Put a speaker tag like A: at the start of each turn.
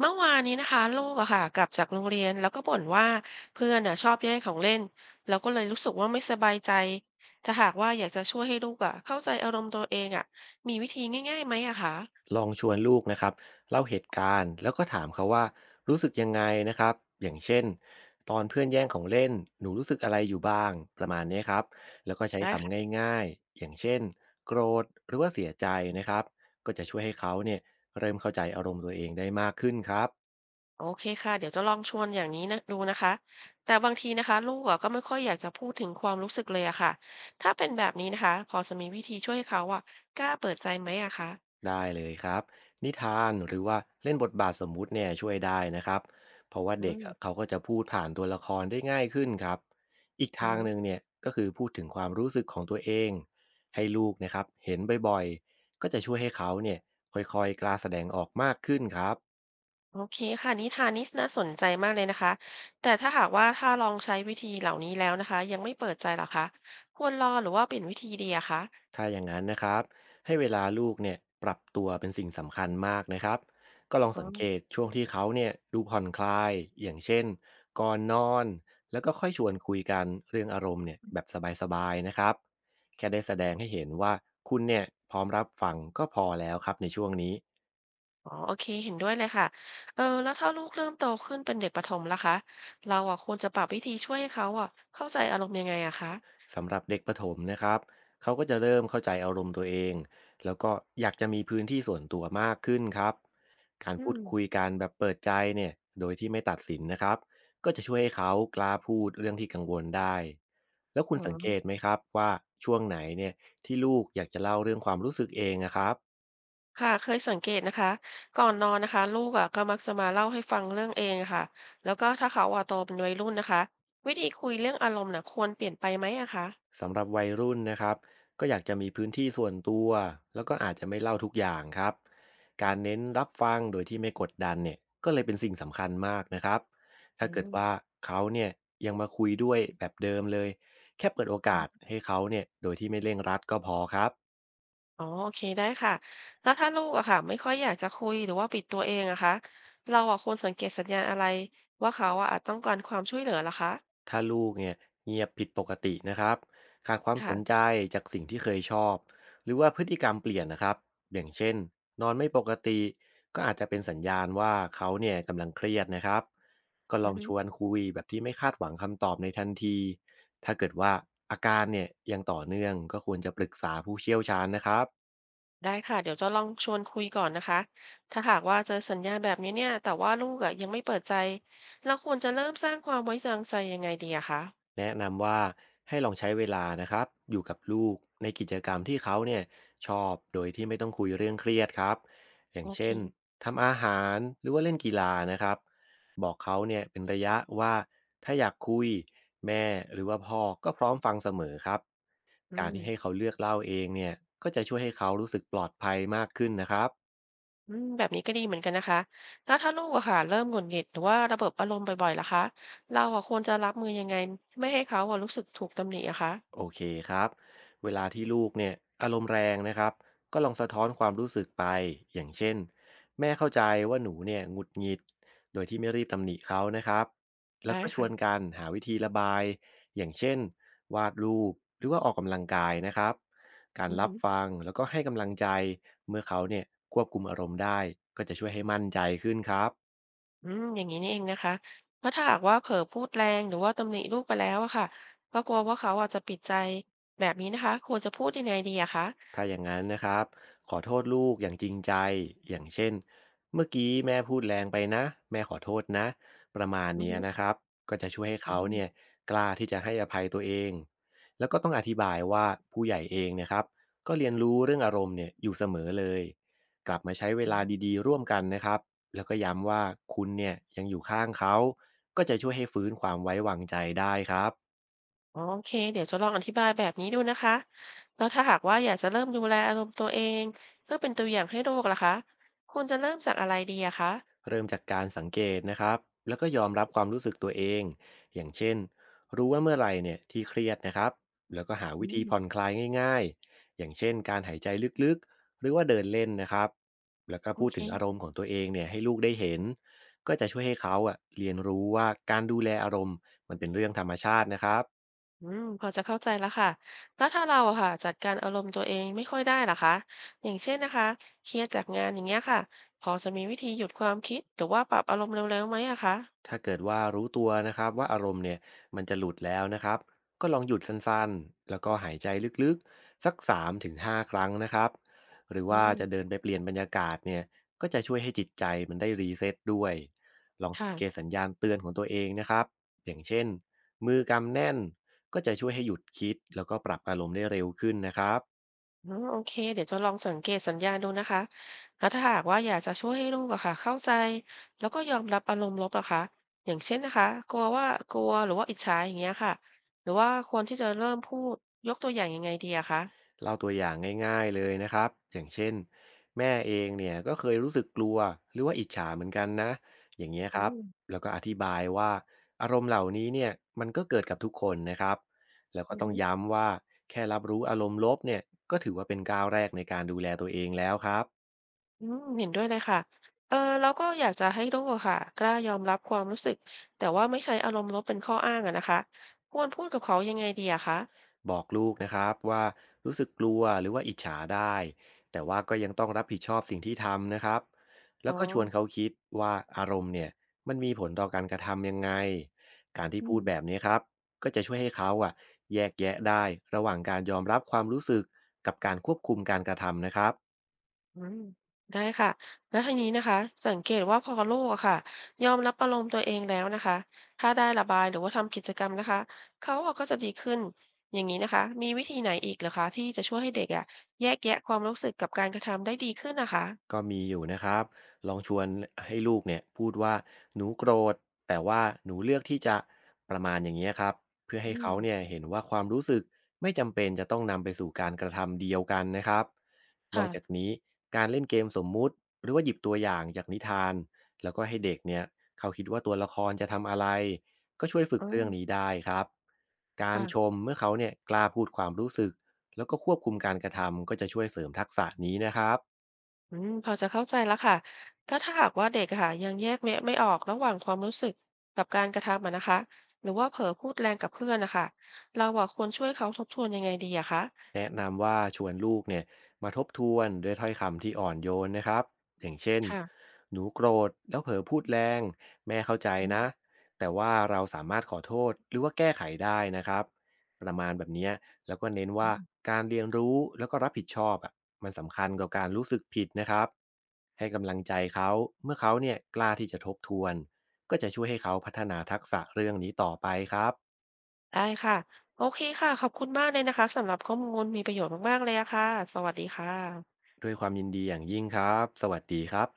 A: เมื่อวานนี้นะคะลูกอะค่ะกลับจากโรงเรียนแล้วก็บ่นว่าเพื่อนอะชอบแย่งของเล่นแล้วก็เลยรู้สึกว่าไม่สบายใจถ้าหากว่าอยากจะช่วยให้ลูกอะเข้าใจอารมณ์ตัวเองอะมีวิธีง่ายๆไหมอะคะ
B: ลองชวนลูกนะครับเล่าเหตุการณ์แล้วก็ถามเขาว่ารู้สึกยังไงนะครับอย่างเช่นตอนเพื่อนแย่งของเล่นหนูรู้สึกอะไรอยู่บ้างประมาณนี้ครับแล้วก็ใช้
A: ได้ค่ะ
B: คำง่ายๆอย่างเช่นโกรธหรือว่าเสียใจนะครับก็จะช่วยให้เขาเนี่ยเริ่มเข้าใจอารมณ์ตัวเองได้มากขึ้นครับ
A: โอเคค่ะเดี๋ยวจะลองชวนอย่างนี้นะดูนะคะแต่บางทีนะคะลูกอะก็ไม่ค่อยอยากจะพูดถึงความรู้สึกเลยอะค่ะถ้าเป็นแบบนี้นะคะพอจะมีวิธีช่วยให้เขาอะกล้าเปิดใจไหมอะคะ
B: ได้เลยครับนิทานหรือว่าเล่นบทบาทสมมุติเนี่ยช่วยได้นะครับเพราะว่า
A: อื
B: เด็กอะ
A: ม
B: เขาก็จะพูดผ่านตัวละครได้ง่ายขึ้นครับอีก
A: อื
B: ทางห
A: ม
B: นึ่งเนี่ยก็คือพูดถึงความรู้สึกของตัวเองให้ลูกนะครับเห็นบ่อยๆก็จะช่วยให้เขาเนี่ยค่อยๆกล้าแสดงออกมากขึ้นครับ
A: โอเคค่ะนิทานนี้น่าสนใจมากเลยนะคะแต่ถ้าหากว่าถ้าลองใช้วิธีเหล่านี้แล้วนะคะยังไม่เปิดใจเหรอคะควรรอหรือว่าเปลี่ยนวิธีดีอะคะ
B: ถ้าอย่างนั้นนะครับให้เวลาลูกเนี่ยปรับตัวเป็นสิ่งสำคัญมากนะครับก็ลอง
A: อ๋
B: สังเกต
A: อ
B: ช่วงที่เขาเนี่ยดูผ่อนคลายอย่างเช่นก่อนนอนแล้วก็ค่อยชวนคุยกันเรื่องอารมณ์เนี่ยแบบสบายๆนะครับแค่ได้แสดงให้เห็นว่าคุณเนี่ยพร้อมรับฟังก็พอแล้วครับในช่วงนี้
A: อ๋อโอเคเห็นด้วยเลยค่ะเออแล้วถ้าลูกเริ่มโตขึ้นเป็นเด็กประถมล่ะคะเราอะควรจะปรับวิธีช่วยให้เขาอะเข้าใจอารมณ์ยังไงอะคะ
B: สำหรับเด็กประถมนะครับเขาก็จะเริ่มเข้าใจอารมณ์ตัวเอง แล้วก็อยากจะมีพื้นที่ส่วนตัวมากขึ้นครับการ
A: อื
B: พูด
A: ม
B: คุยกันแบบเปิดใจเนี่ยโดยที่ไม่ตัดสินนะครับก็จะช่วยให้เขากล้าพูดเรื่องที่กังวลได้ แล้วคุณ
A: อ๋
B: สังเกต
A: อ
B: ไหมครับว่าช่วงไหนเนี่ยที่ลูกอยากจะเล่าเรื่องความรู้สึกเองอะครับ
A: ค่ะเคยสังเกตนะคะก่อนนอนนะคะลูกอะก็มักจะมาเล่าให้ฟังเรื่องเองอะค่ะแล้วก็ถ้าเขาอะโตเป็นวัยรุ่นนะคะวิธีคุยเรื่องอารมณ์น่ะควรเปลี่ยนไปไหมอะคะ
B: สำหรับวัยรุ่นนะครับก็อยากจะมีพื้นที่ส่วนตัวแล้วก็อาจจะไม่เล่าทุกอย่างครับการเน้นรับฟังโดยที่ไม่กดดันเนี่ยก็เลยเป็นสิ่งสำคัญมากนะครับ
A: อื
B: ถ้าเกิดว่า
A: ม
B: เขาเนี่ยยังมาคุยด้วยแบบเดิมเลยแค่เปิดโอกาสให้เขาเนี่ยโดยที่ไม่เร่งรัดก็พอครับ
A: อ๋อโอเคได้ค่ะแล้วถ้าลูกอะค่ะไม่ค่อยอยากจะคุยหรือว่าปิดตัวเองอะคะเราอะควรสังเกตสัญญาณอะไรว่าเขาอะอาจต้องการความช่วยเหลือเหรอคะ
B: ถ้าลูกเนี่ยเงียบผิดปกตินะครับขาดความสนใจ
A: ค่ะ
B: จากสิ่งที่เคยชอบหรือว่าพฤติกรรมเปลี่ยนนะครับอย่างเช่นนอนไม่ปกติก็อาจจะเป็นสัญญาณว่าเขาเนี่ยกำลังเครียดนะครับก็ล
A: อื
B: อ
A: อ
B: ง
A: ฮึ
B: ชวนคุยแบบที่ไม่คาดหวังคำตอบในทันทีถ้าเกิดว่าอาการเนี่ยยังต่อเนื่องก็ควรจะปรึกษาผู้เชี่ยวชาญนะครับ
A: ได้ค่ะเดี๋ยวจะลองชวนคุยก่อนนะคะถ้าหากว่าเจอสัญญาณแบบนี้เนี่ยแต่ว่าลูกอะยังไม่เปิดใจเราควรจะเริ่มสร้างความไว้วางใจยังไงดีอะคะ
B: แนะนำว่าให้ลองใช้เวลานะครับอยู่กับลูกในกิจกรรมที่เขาเนี่ยชอบโดยที่ไม่ต้องคุยเรื่องเครียดครับอย่าง
A: โอเค
B: เช่นทำอาหารหรือว่าเล่นกีฬานะครับบอกเขาเนี่ยเป็นระยะว่าถ้าอยากคุยแม่หรือว่าพ่อก็พร้อมฟังเสมอครับ
A: อื
B: การ
A: ม
B: ที่ให้เขาเลือกเล่าเองเนี่ยก็จะช่วยให้เขารู้สึกปลอดภัยมากขึ้นนะครับ
A: อืมแบบนี้ก็ดีเหมือนกันนะคะแล้วถ้าลูกอะค่ะเริ่มหงุดหงิดหรือว่าระเบิดอารมณ์บ่อยๆล่ะคะเราอะควรจะรับมือยังไงไม่ให้เขาอะรู้สึกถูกตำหนิอะคะ
B: โอเคครับเวลาที่ลูกเนี่ยอารมณ์แรงนะครับก็ลองสะท้อนความรู้สึกไป อย่างเช่นแม่เข้าใจว่าหนูเนี่ยหงุดหงิดโดยที่ไม่รีบตำหนิเขานะครับแล้ว
A: ได้
B: ก็ชวน
A: ค่ะ
B: กันหาวิธีระบาย อย่างเช่นวาดรูปหรือว่าออกกำลังกายนะครับการ
A: อือ
B: รับ
A: หื
B: ฟังแล้วก็ให้กำลังใจเมื่อเขาเนี่ยควบคุมอารมณ์ได้ก็จะช่วยให้มั่นใจขึ้นครับ
A: ออืมอย่างนี้นี่เองนะคะแ้วถ้าหากว่าเผลอพูดแรงหรือว่าตำหนิลูกไปแล้วอะค่ะก็กลัวว่าเขาอาจจะปิดใจแบบนี้นะคะควรจะพูดยังไงดีอะคะ
B: ถ้าอย่างนั้นนะครับขอโทษลูกอย่างจริงใจอย่างเช่นเมื่อกี้แม่พูดแรงไปนะแม่ขอโทษนะประมาณ
A: อือ
B: เนี้ย
A: หื
B: นะครับก็จะช่วยให้
A: อ
B: เขาเนี่ยกล้าที่จะให้อภัยตัวเองแล้วก็ต้องอธิบายว่าผู้ใหญ่เองเนะครับก็เรียนรู้เรื่องอารมณ์เนี่ยอยู่เสมอเลยกลับมาใช้เว
A: อื
B: ลา
A: ม
B: ดีๆร่วมกันนะครับแล้วก็ย้ำว่าคุณเนี่ยยังอยู่ข้างเขาก็จะช่วยให้ฟื้นความไว้วางใจได้ครับ
A: อ๋อโอเคเดี๋ยวจะลองอธิบายแบบนี้ดูนะคะ แล้วถ้าหากว่าอยากจะเริ่มดูแลอารมณ์ตัวเอง เพื่อเป็นตัวอย่างให้ลูกล่ะคะควรจะเริ่มจากอะไรดีอะคะ
B: เริ่มจากการสังเกตนะครับแล้วก็ยอมรับความรู้สึกตัวเองอย่างเช่นรู้ว่าเมื่อไหร่เนี่ยที่เครียดนะครับแล้วก็หา
A: อื
B: วิธีผ่อน
A: ม
B: คลายง่ายๆอย่างเช่นการหายใจลึกๆ หรือว่าเดินเล่นนะครับแล้วก็
A: โอ
B: พูด
A: เค
B: ถึงอารมณ์ของตัวเองเนี่ยให้ลูกได้เห็น ก็จะช่วยให้เขาอะเรียนรู้ว่าการดูแลอารมณ์มันเป็นเรื่องธรรมชาตินะครับ
A: อืมพอจะเข้าใจแล้วค่ะแล้วถ้าเราอะค่ะจัดการอารมณ์ตัวเองไม่ค่อยได้ล่ะคะอย่างเช่นนะคะเครียดจากงานอย่างเงี้ยค่ะพอจะมีวิธีหยุดความคิดหรือว่าปรับอารมณ์เร็วๆไหมอะคะ
B: ถ้าเกิดว่ารู้ตัวนะครับว่าอารมณ์เนี่ยมันจะหลุดแล้วนะครับก็ลองหยุดสั้นๆแล้วก็หายใจลึกๆสัก3-5ครั้งนะครับหรือ
A: อื
B: ว่าจะ
A: ม
B: เดินไปเปลี่ยนบรรยากาศเนี่ยก็จะช่วยให้จิตใจมันได้รีเซ็ตด้วยลองสัง
A: ค่ะ
B: เกตสัญญาณเตือนของตัวเองนะครับอย่างเช่นมือกำแน่นก็จะช่วยให้หยุดคิดแล้วก็ปรับอารมณ์ได้เร็วขึ้นนะครับ
A: อืมโอเคเดี๋ยวจะลองสังเกตสัญญาณดูนะคะแล้วถ้าหากว่าอยากจะช่วยให้ลูกอะค่ะเข้าใจแล้วก็ยอมรับอารมณ์ลบอะคะอย่างเช่นนะคะกลัวว่ากลัวหรือว่าอิจฉาอย่างเงี้ยค่ะหรือว่าควรที่จะเริ่มพูดยกตัวอย่างยังไงดีอะคะ
B: เล่าตัวอย่างง่ายๆเลยนะครับอย่างเช่นแม่เองเนี่ยก็เคยรู้สึกกลัวหรือว่าอิจฉาเหมือนกันนะอย่างเงี้ยค
A: อื
B: รับ
A: ม
B: แล้วก็อธิบายว่าอารมณ์เหล่านี้เนี่ยมันก็เกิดกับทุกคนนะครับแล้วก็
A: อื
B: ต้อง
A: อ
B: ย้ำว่าแค่รับรู้อารมณ์ลบเนี่ยก็ถือว่าเป็นก้าวแรกในการดูแลตัวเองแล้วครับ
A: อืมเห็นด้วยเลยค่ะเออแล้วก็อยากจะให้ลูกอะค่ะกล้ายอมรับความรู้สึกแต่ว่าไม่ใช้อารมณ์ลบเป็นข้ออ้างอะนะคะควรพูดกับเขายังไงดีอะคะ
B: บอกลูกนะครับว่ารู้สึกกลัวหรือว่าอิจฉาได้แต่ว่าก็ยังต้องรับผิดชอบสิ่งที่ทำนะครับแล้
A: อ๋
B: ว
A: อ
B: ก็ชวนเขาคิดว่าอารมณ์เนี่ยมันมีผลต่อการกระทำยังไงการที่
A: อื
B: พู
A: ม
B: ดแบบนี้ครับก็จะช่วยให้เขาอะแยกแยะได้ระหว่างการยอมรับความรู้สึกกับการควบคุมการกระทำนะครับ
A: อืมได้ค่ะแล้วทีนี้นะคะสังเกตว่าพอโลกอะค่ะยอมรับอารมณ์ตัวเองแล้วนะคะถ้าได้ระบายหรือว่าทำกิจกรรมนะคะเขาอะก็จะดีขึ้นอย่างนี้นะคะมีวิธีไหนอีกเหรอคะที่จะช่วยให้เด็กอะแยกแยะความรู้สึกกับการกระทำได้ดีขึ้นนะคะ
B: ก็มีอยู่นะครับ ลองชวนให้ลูกเนี่ยพูดว่าหนูโกรธแต่ว่าหนูเลือกที่จะประมาณอย่างนี้ยครับเพื่อให้
A: อื
B: เขา
A: ม
B: เนี่ยเห็นว่าความรู้สึกไม่จำเป็นจะต้องนำไปสู่การกระทำเดียวกันนะครับนอ
A: ค่ะ
B: กจากนี้การเล่นเกมสมมุติหรือว่าหยิบตัวอย่างจากนิทานแล้วก็ให้เด็กเนี่ยเขาคิดว่าตัวละครจะทำอะไรก็ช่วยฝึก
A: อ๋อ
B: เรื่องนี้ได้ครับการช
A: ค่ะ
B: มเมื่อเขาเนี่ยกล้าพูดความรู้สึกแล้วก็ควบคุมการกระทำก็จะช่วยเสริมทักษะนี้นะครับ
A: อืมพอจะเข้าใจแล้วค่ะก็ถ้าหากว่าเด็กอะค่ะยังแยกแยะไม่ออกระหว่างความรู้สึกกับการกระทำอะนะคะหรือว่าเผลอพูดแรงกับเพื่อนนะคะเราอะควรช่วยเขาทบทวนยังไงดีอะคะ
B: แนะนำว่าชวนลูกเนี่ยมาทบทวนด้วยถ้อยคำที่อ่อนโยนนะครับอย่างเช่น
A: ค่ะ
B: หนูโกรธแล้วเผลอพูดแรงแม่เข้าใจ
A: อืม
B: นะแต่ว่าเราสามารถขอโทษหรือว่าแก้ไขได้นะครับประมาณแบบเนี้ยแล้วก็เน้น
A: อื
B: ว่า
A: ม
B: การเรียนรู้แล้วก็รับผิดชอบอ่ะมันสำคัญกว่าการรู้สึกผิดนะครับให้กำลังใจเขาเมื่อเขาเนี่ยกล้าที่จะทบทวนก็จะช่วยให้เขาพัฒนาทักษะเรื่องนี้ต่อไปครับ
A: ได้ค่ะโอเคค่ะขอบคุณมากเลยนะคะสำหรับข้อมูลมีประโยชน์มากๆเลยอะค่ะสวัสดีค่ะ
B: ด้วยความยินดีอย่างยิ่งครับสวัสดีครับ